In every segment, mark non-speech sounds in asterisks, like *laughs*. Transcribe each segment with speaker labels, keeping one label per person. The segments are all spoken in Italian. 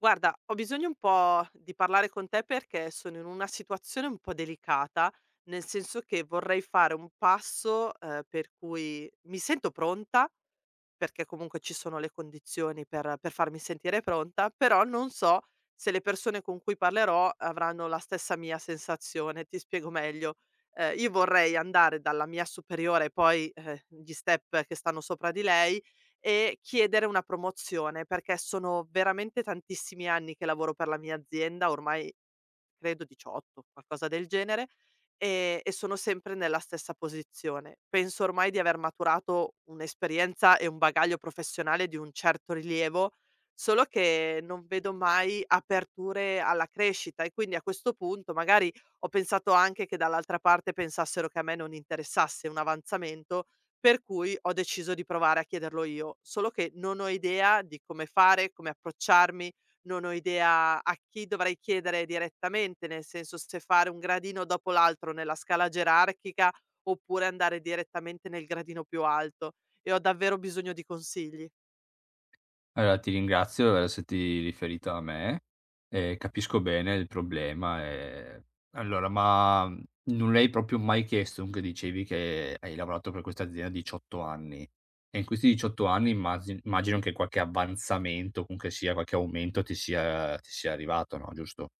Speaker 1: Guarda, ho bisogno un po' di parlare con te perché sono in una situazione un po' delicata, nel senso che vorrei fare un passo, per cui mi sento pronta, perché comunque ci sono le condizioni per farmi sentire pronta, però non so se le persone con cui parlerò avranno la stessa mia sensazione. Ti spiego meglio. Io vorrei andare dalla mia superiore e poi, gli step che stanno sopra di lei e chiedere una promozione, perché sono veramente tantissimi anni che lavoro per la mia azienda, ormai credo 18, qualcosa del genere, e sono sempre nella stessa posizione. Penso ormai di aver maturato un'esperienza e un bagaglio professionale di un certo rilievo, solo che non vedo mai aperture alla crescita e quindi a questo punto magari ho pensato anche che dall'altra parte pensassero che a me non interessasse un avanzamento, per cui ho deciso di provare a chiederlo io, solo che non ho idea di come fare, come approcciarmi, non ho idea a chi dovrei chiedere direttamente, nel senso se fare un gradino dopo l'altro nella scala gerarchica oppure andare direttamente nel gradino più alto e ho davvero bisogno di consigli.
Speaker 2: Allora, ti ringrazio per esserti riferita a me e capisco bene il problema. Allora, non l'hai proprio mai chiesto. Dunque dicevi che hai lavorato per questa azienda 18 anni e in questi 18 anni immagino che qualche avanzamento, comunque sia qualche aumento ti sia arrivato, no, giusto?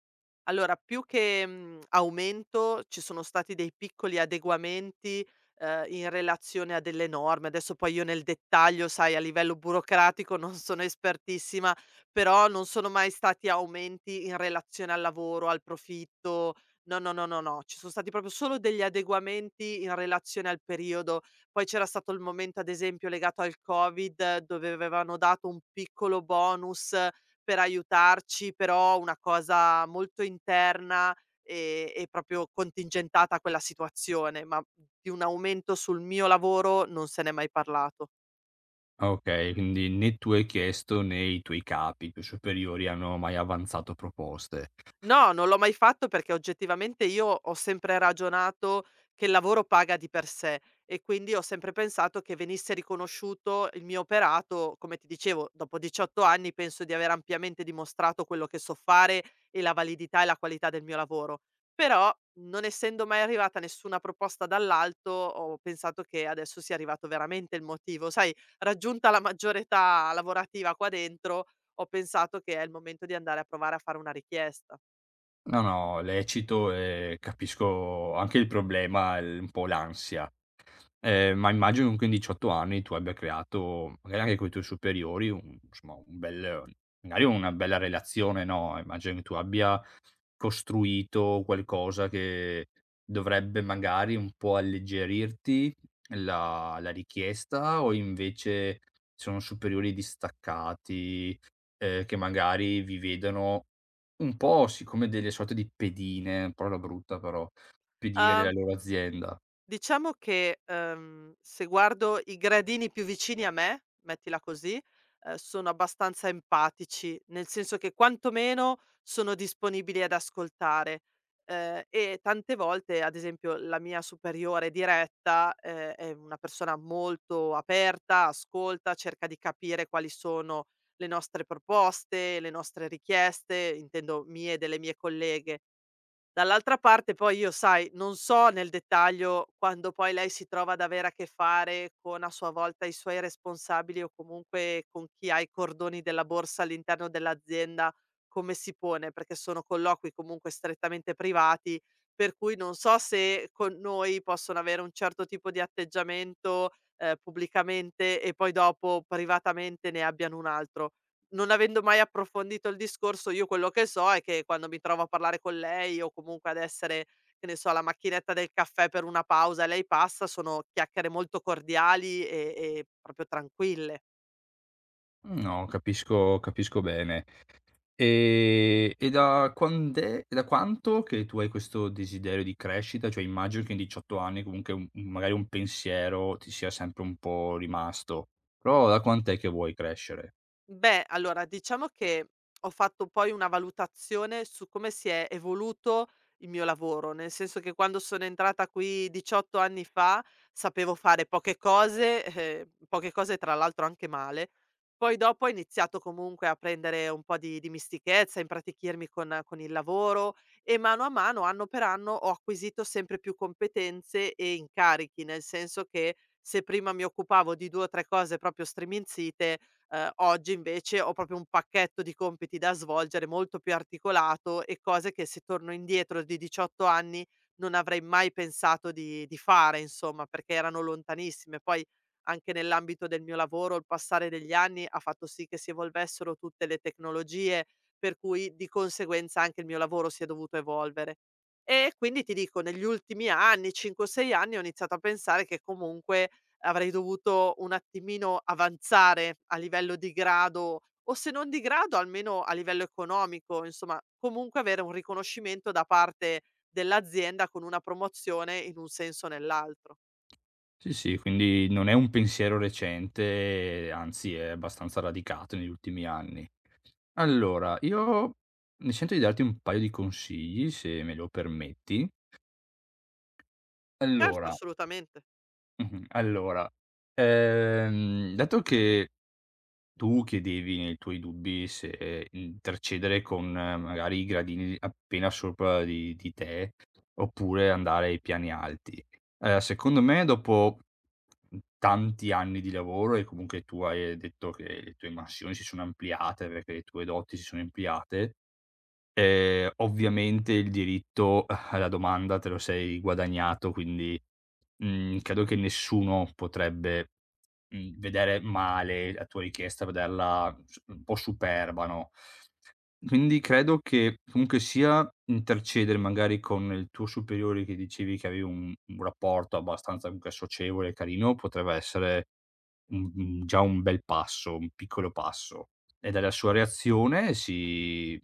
Speaker 1: Allora, più che, aumento, ci sono stati dei piccoli adeguamenti, in relazione a delle norme. Adesso poi io nel dettaglio, sai, a livello burocratico non sono espertissima, però non sono mai stati aumenti in relazione al lavoro, al profitto. No, no, no, no, no, ci son stati proprio solo degli adeguamenti in relazione al periodo. Poi c'era stato il momento, ad esempio, legato al Covid, dove avevano dato un piccolo bonus per aiutarci, però una cosa molto interna, e proprio contingentata a quella situazione, ma di un aumento sul mio lavoro non se n'è mai parlato.
Speaker 2: Okay, quindi né tu hai chiesto né i tuoi capi, i tuoi superiori hanno mai avanzato proposte.
Speaker 1: No, non l'ho mai fatto perché oggettivamente io ho sempre ragionato che il lavoro paga di per sé e quindi ho sempre pensato che venisse riconosciuto il mio operato, come ti dicevo, dopo 18 anni penso di aver ampiamente dimostrato quello che so fare e la validità e la qualità del mio lavoro. Però non essendo mai arrivata nessuna proposta dall'alto, ho pensato che adesso sia arrivato veramente il motivo. Sai, raggiunta la maggiore età lavorativa qua dentro, ho pensato che è il momento di andare a provare a fare una richiesta.
Speaker 2: No, no, lecito, e capisco anche il problema, il un po' l'ansia. Ma immagino comunque in 18 anni tu abbia creato, magari anche coi tuoi superiori, un bel, magari una bella relazione, no, immagino che tu abbia costruito qualcosa che dovrebbe magari un po' alleggerirti la richiesta, o invece sono superiori distaccati, che magari vi vedono un po', sì, come delle sorte di pedine, parola brutta, però, pedine della
Speaker 1: Uhm,
Speaker 2: loro azienda.
Speaker 1: diciamo che, se guardo i gradini più vicini a me, mettila così, sono abbastanza empatici, nel senso che quantomeno sono disponibili ad ascoltare. E tante volte, ad esempio, la mia superiore diretta, è una persona molto aperta, ascolta, cerca di capire quali sono le nostre proposte, le nostre richieste, intendo mie e delle mie colleghe. Dall'altra parte poi io sai, non so nel dettaglio quando poi lei si trova ad avere a che fare con a sua volta i suoi responsabili o comunque con chi ha i cordoni della borsa all'interno dell'azienda, come si pone, perché sono colloqui comunque strettamente privati, per cui non so se con noi possono avere un certo tipo di atteggiamento, pubblicamente e poi dopo privatamente ne abbiano un altro non avendo mai approfondito il discorso, io quello che so è che quando mi trovo a parlare con lei o comunque ad essere, che ne so, alla macchinetta del caffè per una pausa e lei passa, sono chiacchiere molto cordiali e proprio tranquille.
Speaker 2: Mm, no, capisco bene. E da quanto che tu hai questo desiderio di crescita? Cioè immagino che in 18 anni comunque un magari un pensiero ti sia sempre un po' rimasto, però da quant'è che vuoi crescere?
Speaker 1: Beh, allora diciamo che ho fatto poi una valutazione su come si è evoluto il mio lavoro, nel senso che quando sono entrata qui 18 anni fa sapevo fare poche cose tra l'altro anche male. Poi dopo ho iniziato comunque a prendere un po' di mistichezza, impratichirmi con il lavoro e mano a mano, anno per anno, ho acquisito sempre più competenze e incarichi, nel senso che se prima mi occupavo di due o tre cose proprio striminzite, oggi invece ho proprio un pacchetto di compiti da svolgere molto più articolato e cose che se torno indietro di 18 anni non avrei mai pensato di fare insomma, perché erano lontanissime. Poi anche nell'ambito del mio lavoro il passare degli anni ha fatto sì che si evolvessero tutte le tecnologie, per cui di conseguenza anche il mio lavoro si è dovuto evolvere. E quindi ti dico negli ultimi anni, 5 o 6 anni, ho iniziato a pensare che comunque, avrei dovuto un attimino avanzare a livello di grado o se non di grado almeno a livello economico, insomma, comunque avere un riconoscimento da parte dell'azienda con una promozione in un senso o nell'altro.
Speaker 2: Sì, sì, quindi non è un pensiero recente, anzi è abbastanza radicato negli ultimi anni. Allora, io mi sento di darti un paio di consigli, se me lo permetti.
Speaker 1: Certo,
Speaker 2: Allora,
Speaker 1: assolutamente.
Speaker 2: mh-mh, allora, dato che tu chiedevi nei tuoi dubbi se intercedere con magari i gradini appena sopra di te, oppure andare ai piani alti, secondo me, dopo tanti anni di lavoro, e comunque tu hai detto che le tue mansioni si sono ampliate perché le tue doti si sono ampliate, ovviamente il diritto alla domanda te lo sei guadagnato, quindi credo che nessuno potrebbe, vedere male la tua richiesta, vederla s un po' superba, no. Quindi credo che comunque sia intercedere magari con il tuo superiore, che dicevi che avevi un rapporto abbastanza comunque socievole e carino, potrebbe essere un, già un bel passo, un piccolo passo. E dalla sua reazione si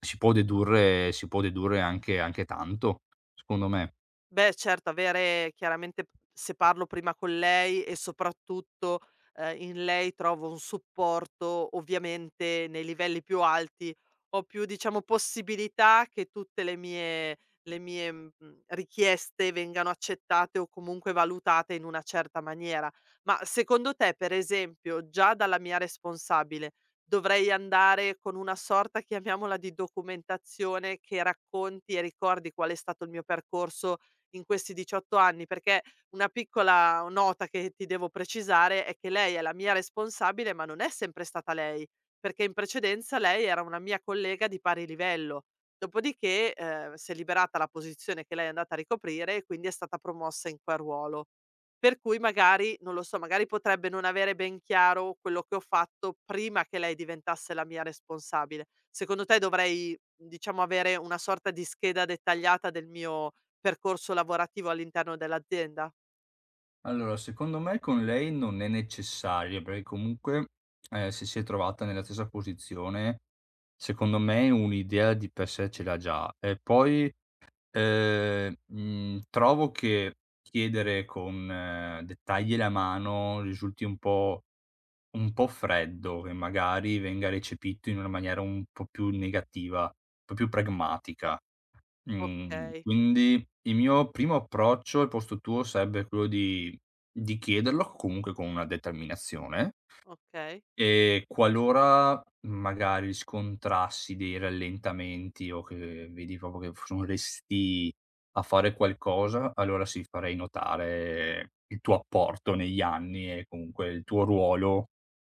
Speaker 2: si può dedurre anche, anche tanto, secondo me.
Speaker 1: Beh certo, avere chiaramente se parlo prima con lei e soprattutto, in lei trovo un supporto, ovviamente nei livelli più alti ho più, diciamo, possibilità che tutte le mie le mie, mhmm, richieste vengano accettate o comunque valutate in una certa maniera. Ma secondo te, per esempio, già dalla mia responsabile, dovrei andare con una sorta, chiamiamola, di documentazione che racconti e ricordi qual è stato il mio percorso in questi 18 anni, perché una piccola nota che ti devo precisare è che lei è la mia responsabile, ma non è sempre stata lei, perché in precedenza lei era una mia collega di pari livello. Dopodiché, si è liberata la posizione che lei è andata a ricoprire e quindi è stata promossa in quel ruolo. Per cui magari, non lo so, magari potrebbe non avere ben chiaro quello che ho fatto prima che lei diventasse la mia responsabile. Secondo te dovrei, diciamo, avere una sorta di scheda dettagliata del mio percorso lavorativo all'interno dell'azienda?
Speaker 2: Allora, secondo me con lei non è necessario, perché comunque, se si è trovata nella stessa posizione, secondo me un'idea di per sé ce l'ha già. E poi, trovo che chiedere con dettagli alla mano risulti un po', un po' freddo, che magari venga recepito in una maniera un po' più negativa, un po' più pragmatica.
Speaker 1: Okay,
Speaker 2: Quindi il mio primo approccio al posto tuo sarebbe quello di chiederlo comunque con una determinazione.
Speaker 1: okay.
Speaker 2: Qualora magari riscontrassi dei rallentamenti, o che vedi proprio che f sono restii a fare qualcosa, allora sì, farei notare il tuo apporto negli anni e comunque il tuo ruolo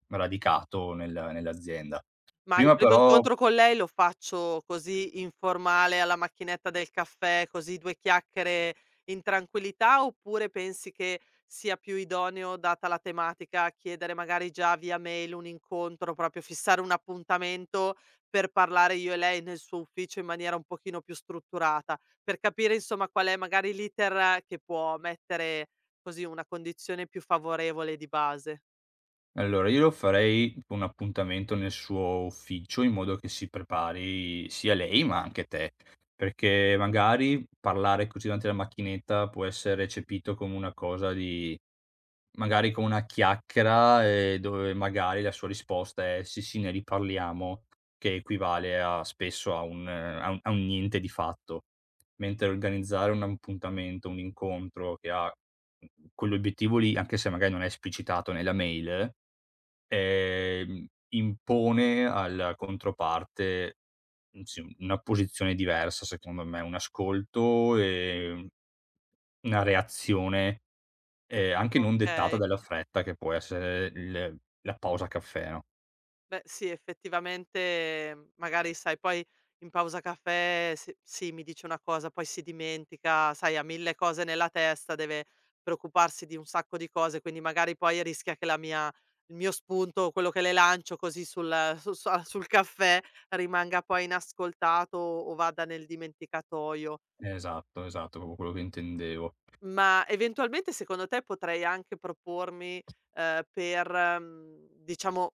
Speaker 2: radicato nell'azienda.
Speaker 1: Ma il
Speaker 2: Prima
Speaker 1: primo
Speaker 2: però.
Speaker 1: incontro con lei lo faccio così informale alla macchinetta del caffè, così 2 chiacchiere in tranquillità, oppure pensi che sia più idoneo, data la tematica, chiedere magari già via mail un incontro, proprio fissare un appuntamento per parlare io e lei nel suo ufficio in maniera un pochino più strutturata, per capire insomma qual è magari l'iter che può mettere così una condizione più favorevole di base.
Speaker 2: Allora, io lo farei un appuntamento nel suo ufficio, in modo che si prepari sia lei, ma anche te. Perché magari parlare così davanti alla macchinetta può essere recepito come una cosa di, magari come una chiacchiera, dove magari la sua risposta è: "Sì, sì, ne riparliamo", che equivale a spesso a un a un, a un niente di fatto. Mentre organizzare un appuntamento, un incontro che ha quell'obiettivo lì, anche se magari non è esplicitato nella mail, impone alla controparte sì, una posizione diversa, secondo me, un ascolto e, una reazione, anche non dettata
Speaker 1: Okay.
Speaker 2: dalla fretta che può essere il, la pausa caffè, no.
Speaker 1: Beh, sì, effettivamente magari sai, poi in pausa caffè s sì, mi dice una cosa, poi si dimentica, sai, ha 1000 cose nella testa, deve preoccuparsi di un sacco di cose, quindi magari poi rischia che la mia il mio spunto, quello che le lancio così sul su su *laughs* a sul caffè, rimanga poi inascoltato o vada nel dimenticatoio.
Speaker 2: Esatto, esatto, proprio quello che intendevo.
Speaker 1: Ma eventualmente secondo te potrei anche propormi, per, diciamo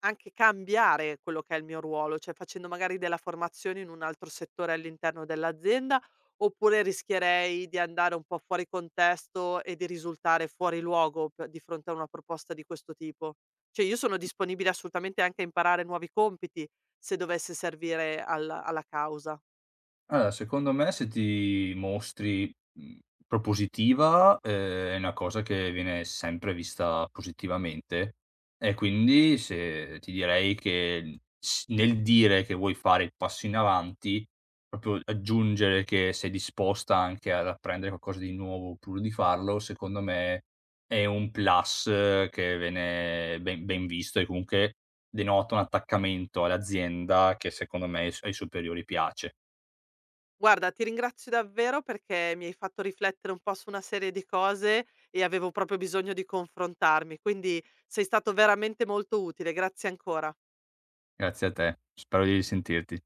Speaker 1: anche cambiare quello che è il mio ruolo, cioè facendo magari della formazione in un altro settore all'interno dell'azienda, oppure rischierei di andare un po' fuori contesto e di risultare fuori luogo p di fronte a una proposta di questo tipo. Cioè io sono disponibile assolutamente anche a imparare nuovi compiti, se dovesse servire al alla causa.
Speaker 2: Allora, secondo me, se ti mostri, mhmm, propositiva, è una cosa che viene sempre vista positivamente, e quindi se ti direi che s nel dire che vuoi fare il passo in avanti, proprio aggiungere che sei disposta anche ad apprendere qualcosa di nuovo pur di farlo, secondo me è un plus, che viene ben visto, e comunque denota un attaccamento all'azienda che secondo me ai s ai superiori piace.
Speaker 1: Guarda, ti ringrazio davvero perché mi hai fatto riflettere un po' su una serie di cose e avevo proprio bisogno di confrontarmi, quindi sei stato veramente molto utile. Grazie ancora.
Speaker 2: Grazie a te, spero di risentirti.